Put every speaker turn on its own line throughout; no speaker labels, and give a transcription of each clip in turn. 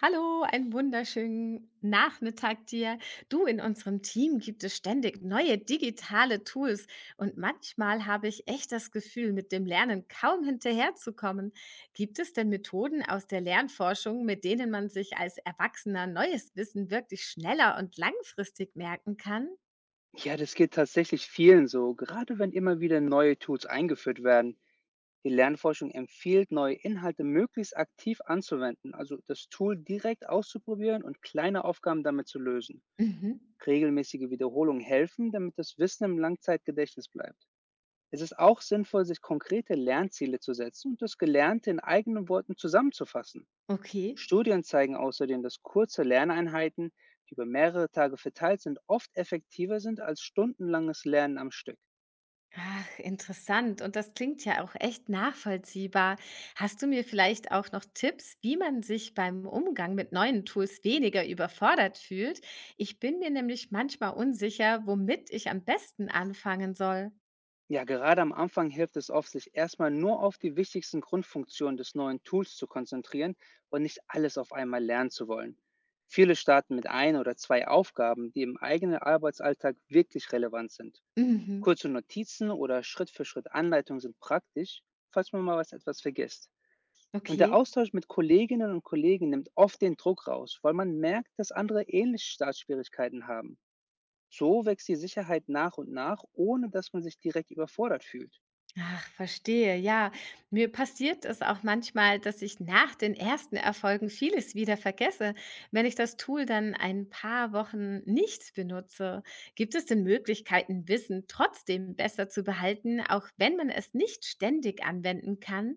Hallo, einen wunderschönen Nachmittag dir. Du, in unserem Team gibt es ständig neue digitale Tools und manchmal habe ich echt das Gefühl, mit dem Lernen kaum hinterherzukommen. Gibt es denn Methoden aus der Lernforschung, mit denen man sich als Erwachsener neues Wissen wirklich schneller und langfristig merken kann?
Ja, das geht tatsächlich vielen so, gerade wenn immer wieder neue Tools eingeführt werden. Die Lernforschung empfiehlt, neue Inhalte möglichst aktiv anzuwenden, also das Tool direkt auszuprobieren und kleine Aufgaben damit zu lösen.
Mhm.
Regelmäßige Wiederholungen helfen, damit das Wissen im Langzeitgedächtnis bleibt. Es ist auch sinnvoll, sich konkrete Lernziele zu setzen und das Gelernte in eigenen Worten zusammenzufassen.
Okay.
Studien zeigen außerdem, dass kurze Lerneinheiten, die über mehrere Tage verteilt sind, oft effektiver sind als stundenlanges Lernen am Stück.
Ach, interessant. Und das klingt ja auch echt nachvollziehbar. Hast du mir vielleicht auch noch Tipps, wie man sich beim Umgang mit neuen Tools weniger überfordert fühlt? Ich bin mir nämlich manchmal unsicher, womit ich am besten anfangen soll.
Ja, gerade am Anfang hilft es oft, sich erstmal nur auf die wichtigsten Grundfunktionen des neuen Tools zu konzentrieren und nicht alles auf einmal lernen zu wollen. Viele starten mit ein oder zwei Aufgaben, die im eigenen Arbeitsalltag wirklich relevant sind.
Mhm.
Kurze Notizen oder Schritt für Schritt Anleitungen sind praktisch, falls man mal was etwas vergisst. Und der
Okay.
Austausch mit Kolleginnen und Kollegen nimmt oft den Druck raus, weil man merkt, dass andere ähnliche Startschwierigkeiten haben. So wächst die Sicherheit nach und nach, ohne dass man sich direkt überfordert fühlt.
Ach, verstehe. Ja, mir passiert es auch manchmal, dass ich nach den ersten Erfolgen vieles wieder vergesse, wenn ich das Tool dann ein paar Wochen nicht benutze. Gibt es denn Möglichkeiten, Wissen trotzdem besser zu behalten, auch wenn man es nicht ständig anwenden kann?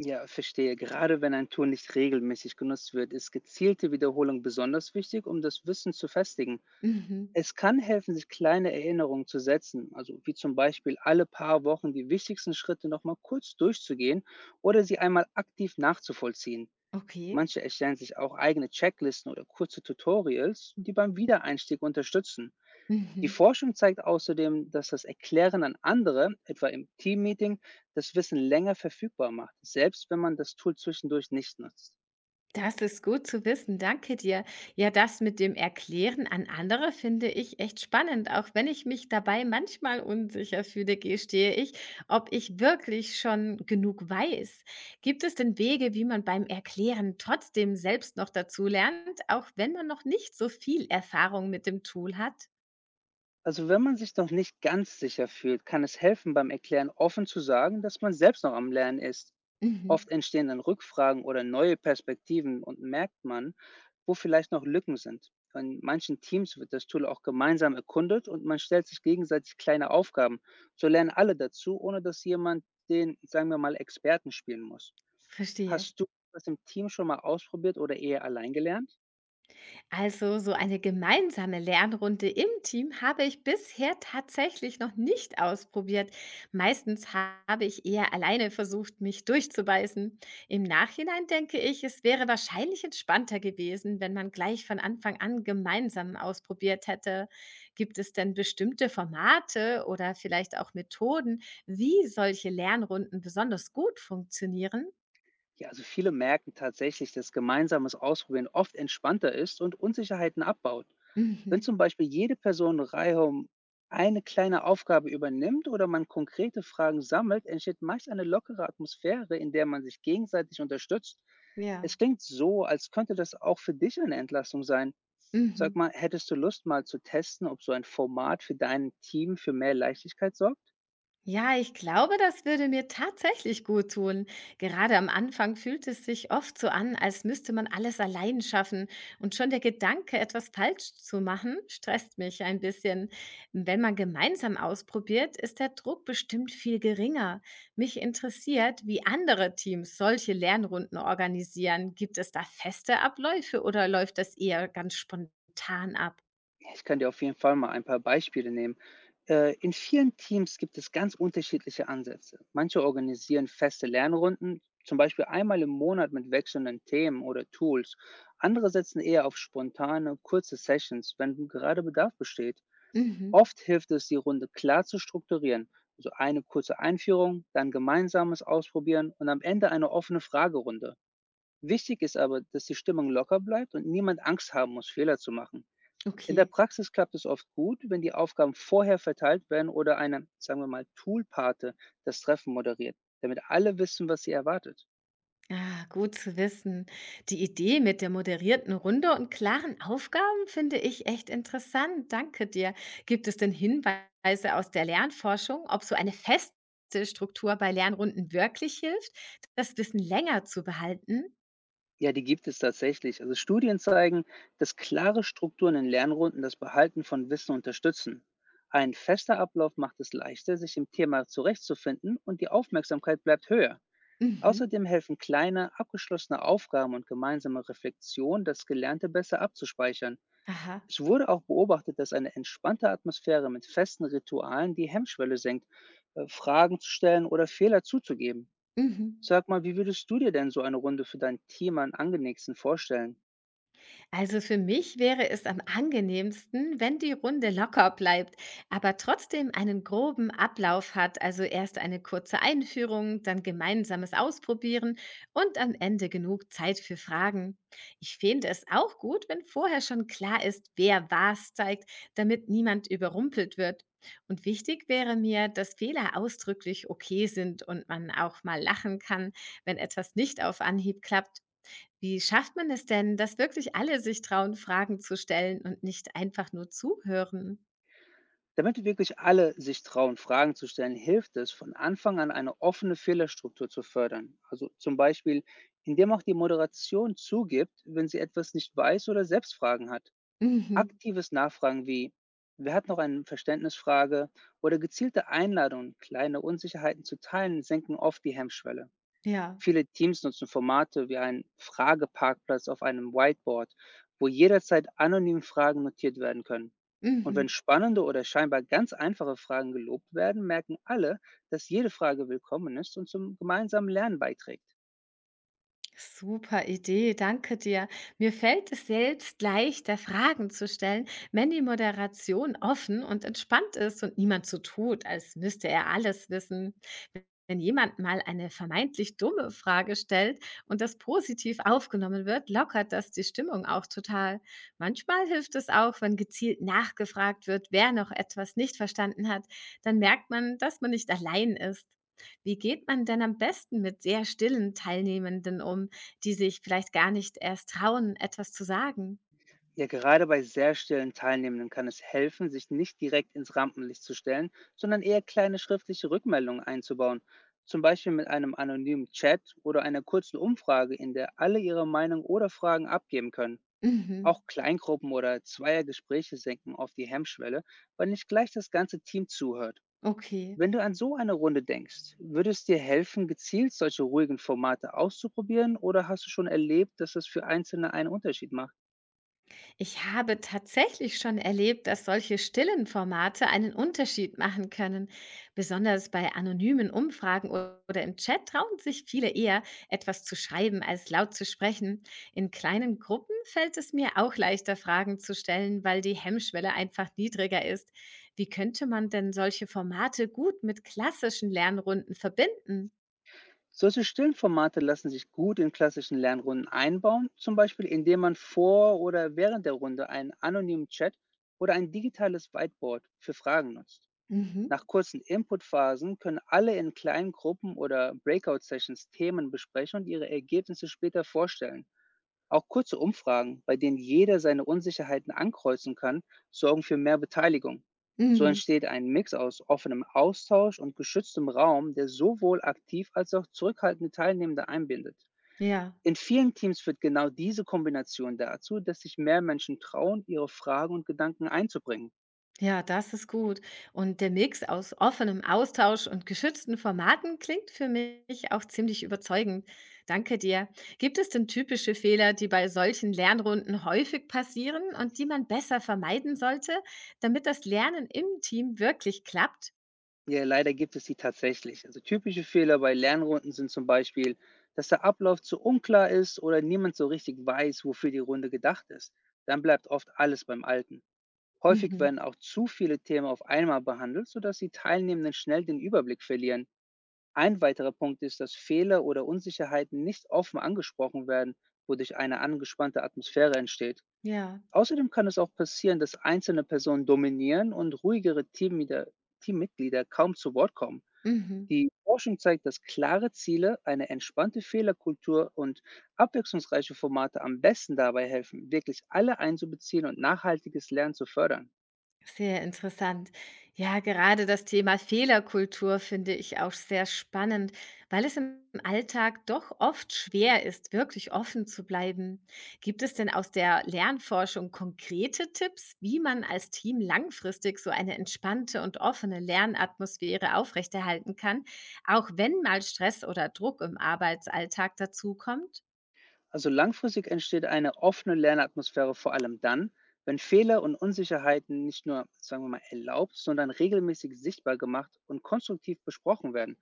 Ja, verstehe. Gerade wenn ein Tool nicht regelmäßig genutzt wird, ist gezielte Wiederholung besonders wichtig, um das Wissen zu festigen.
Mhm.
Es kann helfen, sich kleine Erinnerungen zu setzen, also wie zum Beispiel alle paar Wochen die wichtigsten Schritte nochmal kurz durchzugehen oder sie einmal aktiv nachzuvollziehen.
Okay.
Manche erstellen sich auch eigene Checklisten oder kurze Tutorials, die beim Wiedereinstieg unterstützen. Die
Mhm.
Forschung zeigt außerdem, dass das Erklären an andere, etwa im Teammeeting, das Wissen länger verfügbar macht, selbst wenn man das Tool zwischendurch nicht nutzt.
Das ist gut zu wissen, danke dir. Ja, das mit dem Erklären an andere finde ich echt spannend, auch wenn ich mich dabei manchmal unsicher fühle, gestehe ich, ob ich wirklich schon genug weiß. Gibt es denn Wege, wie man beim Erklären trotzdem selbst noch dazu lernt, auch wenn man noch nicht so viel Erfahrung mit dem Tool hat?
Also wenn man sich noch nicht ganz sicher fühlt, kann es helfen, beim Erklären offen zu sagen, dass man selbst noch am Lernen ist.
Mhm,
Oft entstehen dann Rückfragen oder neue Perspektiven und merkt man, wo vielleicht noch Lücken sind. In manchen Teams wird das Tool auch gemeinsam erkundet und man stellt sich gegenseitig kleine Aufgaben. So lernen alle dazu, ohne dass jemand den, sagen wir mal, Experten spielen muss.
verstehe.
Hast du das im Team schon mal ausprobiert oder eher allein gelernt?
Also so eine gemeinsame Lernrunde im Team habe ich bisher tatsächlich noch nicht ausprobiert. Meistens habe ich eher alleine versucht, mich durchzubeißen. Im Nachhinein denke ich, es wäre wahrscheinlich entspannter gewesen, wenn man gleich von Anfang an gemeinsam ausprobiert hätte. Gibt es denn bestimmte Formate oder vielleicht auch Methoden, wie solche Lernrunden besonders gut funktionieren?
Ja, also viele merken tatsächlich, dass gemeinsames Ausprobieren oft entspannter ist und Unsicherheiten abbaut. Wenn
Mhm.
zum Beispiel jede Person reihum eine kleine Aufgabe übernimmt oder man konkrete Fragen sammelt, entsteht meist eine lockere Atmosphäre, in der man sich gegenseitig unterstützt.
Ja.
Es klingt so, als könnte das auch für dich eine Entlastung sein. Sag
Mhm.
mal, hättest du Lust mal zu testen, ob so ein Format für dein Team für mehr Leichtigkeit sorgt?
Ja, ich glaube, das würde mir tatsächlich gut tun. Gerade am Anfang fühlt es sich oft so an, als müsste man alles allein schaffen. Und schon der Gedanke, etwas falsch zu machen, stresst mich ein bisschen. Wenn man gemeinsam ausprobiert, ist der Druck bestimmt viel geringer. Mich interessiert, wie andere Teams solche Lernrunden organisieren. Gibt es da feste Abläufe oder läuft das eher ganz spontan ab?
Ja, ich kann dir auf jeden Fall mal ein paar Beispiele nehmen. In vielen Teams gibt es ganz unterschiedliche Ansätze. Manche organisieren feste Lernrunden, zum Beispiel einmal im Monat mit wechselnden Themen oder Tools. Andere setzen eher auf spontane, kurze Sessions, wenn gerade Bedarf besteht.
Mhm.
Oft hilft es, die Runde klar zu strukturieren, also eine kurze Einführung, dann gemeinsames Ausprobieren und am Ende eine offene Fragerunde. Wichtig ist aber, dass die Stimmung locker bleibt und niemand Angst haben muss, Fehler zu machen. In der
Okay.
Praxis klappt es oft gut, wenn die Aufgaben vorher verteilt werden oder eine, sagen wir mal, Toolpate das Treffen moderiert, damit alle wissen, was sie erwartet.
Ah, gut zu wissen. Die Idee mit der moderierten Runde und klaren Aufgaben finde ich echt interessant. Danke dir. Gibt es denn Hinweise aus der Lernforschung, ob so eine feste Struktur bei Lernrunden wirklich hilft, das Wissen länger zu behalten?
Ja, die gibt es tatsächlich. Also Studien zeigen, dass klare Strukturen in Lernrunden das Behalten von Wissen unterstützen. Ein fester Ablauf macht es leichter, sich im Thema zurechtzufinden und die Aufmerksamkeit bleibt höher.
Mhm.
Außerdem helfen kleine, abgeschlossene Aufgaben und gemeinsame Reflexion, das Gelernte besser abzuspeichern.
Aha.
Es wurde auch beobachtet, dass eine entspannte Atmosphäre mit festen Ritualen die Hemmschwelle senkt, Fragen zu stellen oder Fehler zuzugeben.
Mhm.
Sag mal, wie würdest du dir denn so eine Runde für dein Team am angenehmsten vorstellen?
Also für mich wäre es am angenehmsten, wenn die Runde locker bleibt, aber trotzdem einen groben Ablauf hat, also erst eine kurze Einführung, dann gemeinsames Ausprobieren und am Ende genug Zeit für Fragen. Ich finde es auch gut, wenn vorher schon klar ist, wer was zeigt, damit niemand überrumpelt wird. Und wichtig wäre mir, dass Fehler ausdrücklich okay sind und man auch mal lachen kann, wenn etwas nicht auf Anhieb klappt. Wie schafft man es denn, dass wirklich alle sich trauen, Fragen zu stellen und nicht einfach nur zuhören?
Damit wirklich alle sich trauen, Fragen zu stellen, hilft es, von Anfang an eine offene Fehlerstruktur zu fördern. Also zum Beispiel, indem auch die Moderation zugibt, wenn sie etwas nicht weiß oder selbst Fragen hat.
Mhm.
Aktives Nachfragen wie „Wer hat noch eine Verständnisfrage?“ oder gezielte Einladungen, kleine Unsicherheiten zu teilen, senken oft die Hemmschwelle.
Ja.
Viele Teams nutzen Formate wie einen Frageparkplatz auf einem Whiteboard, wo jederzeit anonym Fragen notiert werden können. Und wenn
Mhm.
spannende oder scheinbar ganz einfache Fragen gelobt werden, merken alle, dass jede Frage willkommen ist und zum gemeinsamen Lernen beiträgt.
Super Idee, danke dir. Mir fällt es selbst leichter, Fragen zu stellen, wenn die Moderation offen und entspannt ist und niemand so tut, als müsste er alles wissen. Wenn jemand mal eine vermeintlich dumme Frage stellt und das positiv aufgenommen wird, lockert das die Stimmung auch total. Manchmal hilft es auch, wenn gezielt nachgefragt wird, wer noch etwas nicht verstanden hat. Dann merkt man, dass man nicht allein ist. Wie geht man denn am besten mit sehr stillen Teilnehmenden um, die sich vielleicht gar nicht erst trauen, etwas zu sagen?
Ja, gerade bei sehr stillen Teilnehmenden kann es helfen, sich nicht direkt ins Rampenlicht zu stellen, sondern eher kleine schriftliche Rückmeldungen einzubauen. Zum Beispiel mit einem anonymen Chat oder einer kurzen Umfrage, in der alle ihre Meinung oder Fragen abgeben können.
Mhm.
Auch Kleingruppen oder Zweiergespräche senken oft die Hemmschwelle, weil nicht gleich das ganze Team zuhört.
Okay.
Wenn du an so eine Runde denkst, würde es dir helfen, gezielt solche ruhigen Formate auszuprobieren oder hast du schon erlebt, dass es für Einzelne einen Unterschied macht?
Ich habe tatsächlich schon erlebt, dass solche stillen Formate einen Unterschied machen können. Besonders bei anonymen Umfragen oder im Chat trauen sich viele eher, etwas zu schreiben, als laut zu sprechen. In kleinen Gruppen fällt es mir auch leichter, Fragen zu stellen, weil die Hemmschwelle einfach niedriger ist. Wie könnte man denn solche Formate gut mit klassischen Lernrunden verbinden?
Solche stillen Formate lassen sich gut in klassischen Lernrunden einbauen, zum Beispiel indem man vor oder während der Runde einen anonymen Chat oder ein digitales Whiteboard für Fragen nutzt. Nach
Mhm.
kurzen Inputphasen können alle in kleinen Gruppen oder Breakout-Sessions Themen besprechen und ihre Ergebnisse später vorstellen. Auch kurze Umfragen, bei denen jeder seine Unsicherheiten ankreuzen kann, sorgen für mehr Beteiligung. So
Mhm.
entsteht ein Mix aus offenem Austausch und geschütztem Raum, der sowohl aktiv als auch zurückhaltende Teilnehmende einbindet.
Ja.
In vielen Teams führt genau diese Kombination dazu, dass sich mehr Menschen trauen, ihre Fragen und Gedanken einzubringen.
Ja, das ist gut. Und der Mix aus offenem Austausch und geschützten Formaten klingt für mich auch ziemlich überzeugend. Danke dir. Gibt es denn typische Fehler, die bei solchen Lernrunden häufig passieren und die man besser vermeiden sollte, damit das Lernen im Team wirklich klappt?
Ja, leider gibt es sie tatsächlich. Also typische Fehler bei Lernrunden sind zum Beispiel, dass der Ablauf zu unklar ist oder niemand so richtig weiß, wofür die Runde gedacht ist. Dann bleibt oft alles beim Alten. Häufig
Mhm.
werden auch zu viele Themen auf einmal behandelt, sodass die Teilnehmenden schnell den Überblick verlieren. Ein weiterer Punkt ist, dass Fehler oder Unsicherheiten nicht offen angesprochen werden, wodurch eine angespannte Atmosphäre entsteht.
Ja.
Außerdem kann es auch passieren, dass einzelne Personen dominieren und ruhigere Teammitglieder kaum zu Wort kommen.
Mhm.
Die Forschung zeigt, dass klare Ziele, eine entspannte Fehlerkultur und abwechslungsreiche Formate am besten dabei helfen, wirklich alle einzubeziehen und nachhaltiges Lernen zu fördern.
Sehr interessant. Ja, gerade das Thema Fehlerkultur finde ich auch sehr spannend, weil es im Alltag doch oft schwer ist, wirklich offen zu bleiben. Gibt es denn aus der Lernforschung konkrete Tipps, wie man als Team langfristig so eine entspannte und offene Lernatmosphäre aufrechterhalten kann, auch wenn mal Stress oder Druck im Arbeitsalltag dazukommt?
Also langfristig entsteht eine offene Lernatmosphäre vor allem dann, wenn Fehler und Unsicherheiten nicht nur, sagen wir mal, erlaubt, sondern regelmäßig sichtbar gemacht und konstruktiv besprochen werden.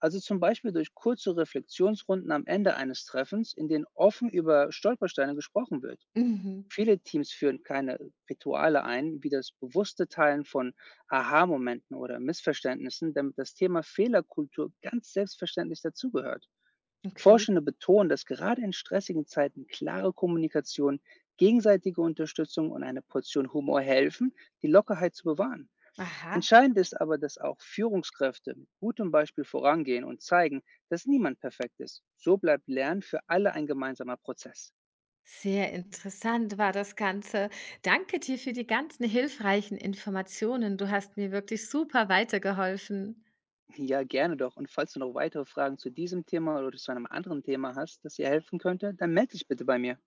Also zum Beispiel durch kurze Reflexionsrunden am Ende eines Treffens, in denen offen über Stolpersteine gesprochen wird.
Mhm.
Viele Teams führen kleine Rituale ein, wie das bewusste Teilen von Aha-Momenten oder Missverständnissen, damit das Thema Fehlerkultur ganz selbstverständlich dazugehört.
Okay.
Forschende betonen, dass gerade in stressigen Zeiten klare Kommunikation, gegenseitige Unterstützung und eine Portion Humor helfen, die Lockerheit zu bewahren.
Aha.
Entscheidend ist aber, dass auch Führungskräfte mit gutem Beispiel vorangehen und zeigen, dass niemand perfekt ist. So bleibt Lernen für alle ein gemeinsamer Prozess.
Sehr interessant war das Ganze. Danke dir für die ganzen hilfreichen Informationen. Du hast mir wirklich super weitergeholfen.
Ja, gerne doch. Und falls du noch weitere Fragen zu diesem Thema oder zu einem anderen Thema hast, das dir helfen könnte, dann melde dich bitte bei mir.